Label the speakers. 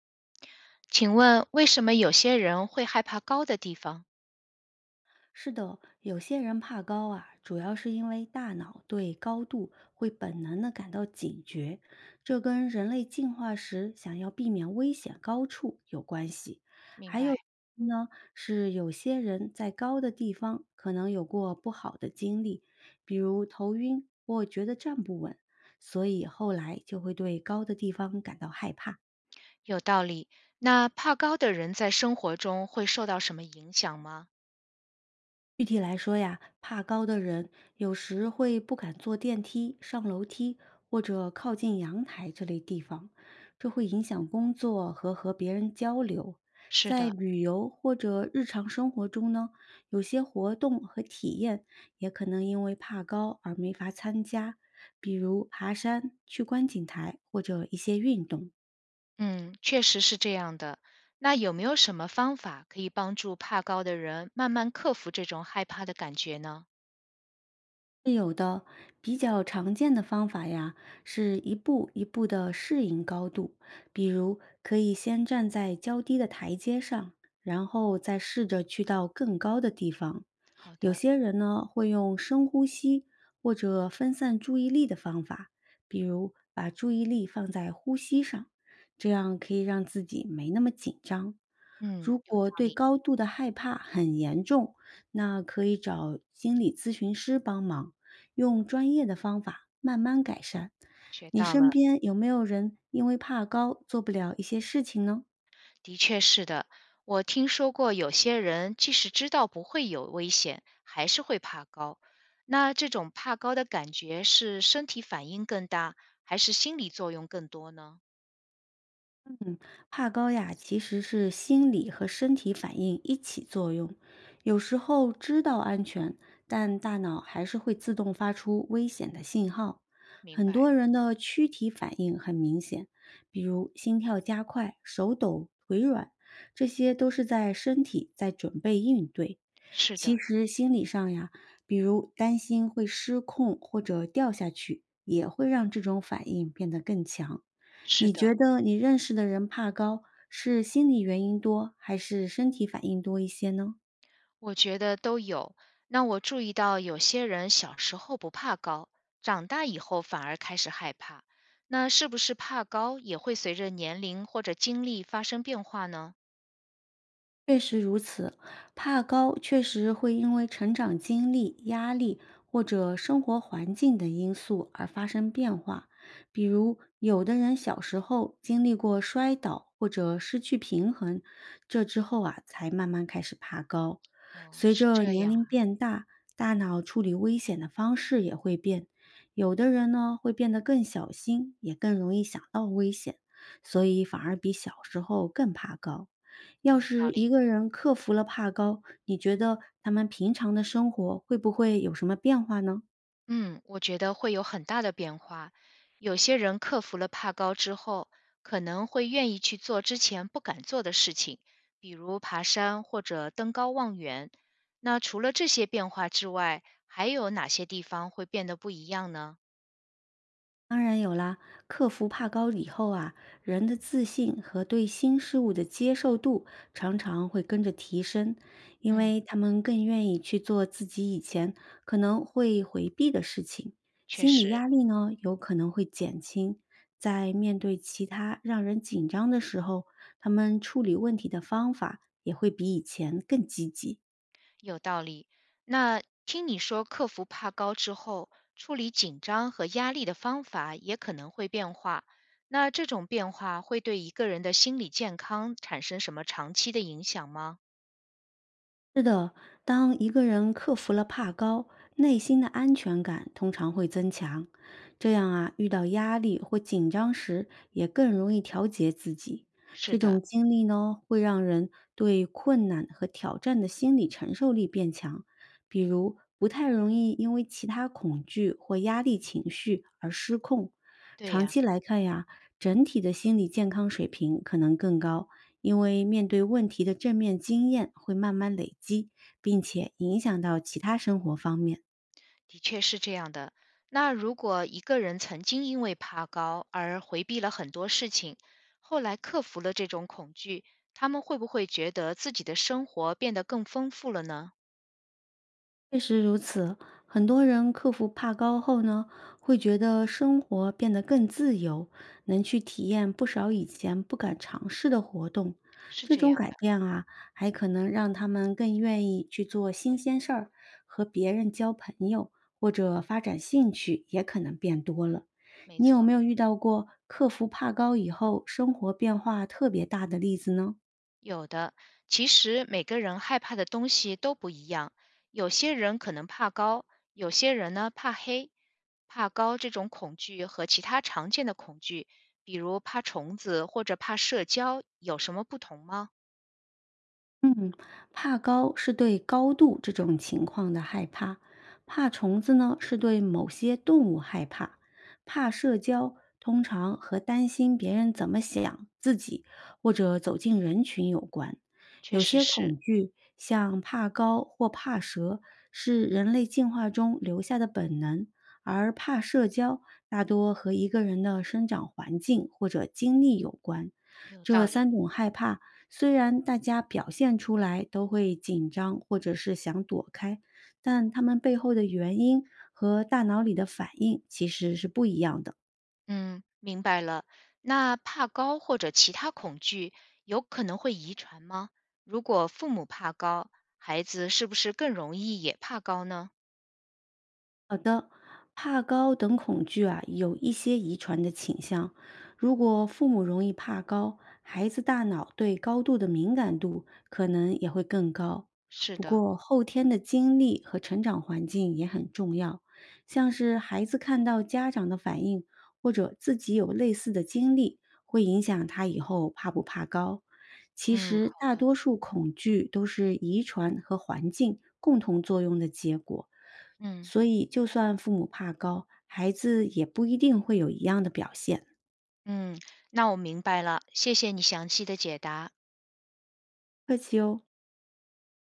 Speaker 1: 请问为什么有些人会害怕高的地方？
Speaker 2: 是的，有些人怕高啊，主要是因为大脑对高度会本能的感到警觉，这跟人类进化时想要避免危险高处有关系。
Speaker 1: 明
Speaker 2: 还有
Speaker 1: 白，
Speaker 2: 呢，是有些人在高的地方可能有过不好的经历，比如头晕或觉得站不稳，所以后来就会对高的地方感到害怕。
Speaker 1: 有道理。那怕高的人在生活中会受到什么影响吗？
Speaker 2: 具体来说呀，怕高的人有时会不敢坐电梯、上楼梯或者靠近阳台这类地方，这会影响工作和别人交流。
Speaker 1: 是
Speaker 2: 在
Speaker 1: 的，
Speaker 2: 旅游或者日常生活中呢，有些活动和体验也可能因为怕高而没法参加，比如爬山、去观景台或者一些运动。
Speaker 1: 嗯，确实是这样的。那有没有什么方法可以帮助怕高的人慢慢克服这种害怕的感觉呢？
Speaker 2: 是有的，比较常见的方法呀，是一步一步的适应高度。比如，可以先站在较低的台阶上，然后再试着去到更高的地方。
Speaker 1: 好
Speaker 2: 有
Speaker 1: 的，
Speaker 2: 些人呢，会用深呼吸或者分散注意力的方法，比如把注意力放在呼吸上，这样可以让自己没那么紧张。
Speaker 1: 嗯，
Speaker 2: 如
Speaker 1: 有道
Speaker 2: 果对
Speaker 1: 理，
Speaker 2: 高度的害怕很严重，那可以找心理咨询师帮忙。用专业的方法慢慢改善。
Speaker 1: 学
Speaker 2: 你
Speaker 1: 到
Speaker 2: 身
Speaker 1: 了。
Speaker 2: 边有没有人因为怕高做不了一些事情呢？
Speaker 1: 的确是的，我听说过有些人即使知道不会有危险，还是会怕高。那这种怕高的感觉是身体反应更大，还是心理作用更多呢？
Speaker 2: 嗯，怕高呀，其实是心理和身体反应一起作用。有时候知道安全，但大脑还是会自动发出危险的信号。
Speaker 1: 明
Speaker 2: 很
Speaker 1: 白，
Speaker 2: 多人的躯体反应很明显，比如心跳加快、手抖、腿软，这些都是在身体在准备应对。
Speaker 1: 是
Speaker 2: 其
Speaker 1: 的，
Speaker 2: 实心理上呀，比如担心会失控或者掉下去，也会让这种反应变得更强。
Speaker 1: 是
Speaker 2: 你觉
Speaker 1: 的，
Speaker 2: 得你认识的人怕高，是心理原因多，还是身体反应多一些呢？
Speaker 1: 我觉得都有。那我注意到有些人小时候不怕高，长大以后反而开始害怕。那是不是怕高也会随着年龄或者经历发生变化呢？
Speaker 2: 确实如此，怕高确实会因为成长经历、压力或者生活环境等因素而发生变化。比如，有的人小时候经历过摔倒或者失去平衡，这之后啊才慢慢开始怕高。
Speaker 1: 哦，
Speaker 2: 随
Speaker 1: 是
Speaker 2: 着
Speaker 1: 这
Speaker 2: 年
Speaker 1: 样啊，
Speaker 2: 龄变大，大脑处理危险的方式也会变。有的人呢会变得更小心，也更容易想到危险，所以反而比小时候更怕高。要
Speaker 1: 有道
Speaker 2: 是一
Speaker 1: 理。
Speaker 2: 个人克服了怕高，你觉得他们平常的生活会不会有什么变化呢？
Speaker 1: 嗯，我觉得会有很大的变化。有些人克服了怕高之后，可能会愿意去做之前不敢做的事情，比如爬山或者登高望远。那除了这些变化之外，还有哪些地方会变得不一样呢？
Speaker 2: 当然有啦，克服怕高以后啊，人的自信和对新事物的接受度常常会跟着提升，因
Speaker 1: 嗯，
Speaker 2: 为他们更愿意去做自己以前可能会回避的事情，
Speaker 1: 确
Speaker 2: 心理
Speaker 1: 实。
Speaker 2: 压力呢有可能会减轻。在面对其他让人紧张的时候，他们处理问题的方法也会比以前更积极。
Speaker 1: 有道理。那听你说克服怕高之后，处理紧张和压力的方法也可能会变化。那这种变化会对一个人的心理健康产生什么长期的影响吗？
Speaker 2: 是的，当一个人克服了怕高，内心的安全感通常会增强。这样啊，遇到压力或紧张时，也更容易调节自己。这
Speaker 1: 是
Speaker 2: 种
Speaker 1: 的，
Speaker 2: 经历呢，会让人对困难和挑战的心理承受力变强，比如不太容易因为其他恐惧或压力情绪而失控。
Speaker 1: 对
Speaker 2: 长
Speaker 1: 呀，
Speaker 2: 期来看呀，整体的心理健康水平可能更高，因为面对问题的正面经验会慢慢累积，并且影响到其他生活方面。
Speaker 1: 的确是这样的。那如果一个人曾经因为怕高而回避了很多事情，后来克服了这种恐惧，他们会不会觉得自己的生活变得更丰富了呢？
Speaker 2: 确实如此，很多人克服怕高后呢，会觉得生活变得更自由，能去体验不少以前不敢尝试的活动。
Speaker 1: 是
Speaker 2: 这
Speaker 1: 这
Speaker 2: 种
Speaker 1: 样
Speaker 2: 改
Speaker 1: 的，
Speaker 2: 变啊，还可能让他们更愿意去做新鲜事儿，和别人交朋友，或者发展兴趣也可能变多了。
Speaker 1: 没
Speaker 2: 你有
Speaker 1: 错。
Speaker 2: 没有遇到过克服怕高以后生活变化特别大的例子呢？
Speaker 1: 有的，其实每个人害怕的东西都不一样，有些人可能怕高，有些人呢怕黑。怕高这种恐惧和其他常见的恐惧，比如怕虫子或者怕社交，有什么不同吗？
Speaker 2: 嗯，怕高是对高度这种情况的害怕，怕虫子呢是对某些动物害怕，怕社交通常和担心别人怎么想自己或者走进人群有关。
Speaker 1: 确
Speaker 2: 有
Speaker 1: 实
Speaker 2: 些
Speaker 1: 是，
Speaker 2: 恐惧，像怕高或怕蛇，是人类进化中留下的本能，而怕社交大多和一个人的生长环境或者经历有关。
Speaker 1: 有
Speaker 2: 这
Speaker 1: 道理。
Speaker 2: 三种害怕虽然大家表现出来都会紧张或者是想躲开，但他们背后的原因和大脑里的反应其实是不一样的。
Speaker 1: 嗯，明白了。那怕高或者其他恐惧有可能会遗传吗？如果父母怕高，孩子是不是更容易也怕高呢？
Speaker 2: 好的，怕高等恐惧啊，有一些遗传的倾向。如果父母容易怕高，孩子大脑对高度的敏感度可能也会更高。
Speaker 1: 是
Speaker 2: 不
Speaker 1: 的，
Speaker 2: 过，后天的经历和成长环境也很重要，像是孩子看到家长的反应，或者自己有类似的经历，会影响他以后怕不怕高。其
Speaker 1: 嗯，
Speaker 2: 实，
Speaker 1: 好
Speaker 2: 大
Speaker 1: 的，
Speaker 2: 多数恐惧都是遗传和环境共同作用的结果。
Speaker 1: 嗯。
Speaker 2: 所以，就算父母怕高，孩子也不一定会有一样的表现。
Speaker 1: 嗯，那我明白了，谢谢你详细的解答。
Speaker 2: 客气哦。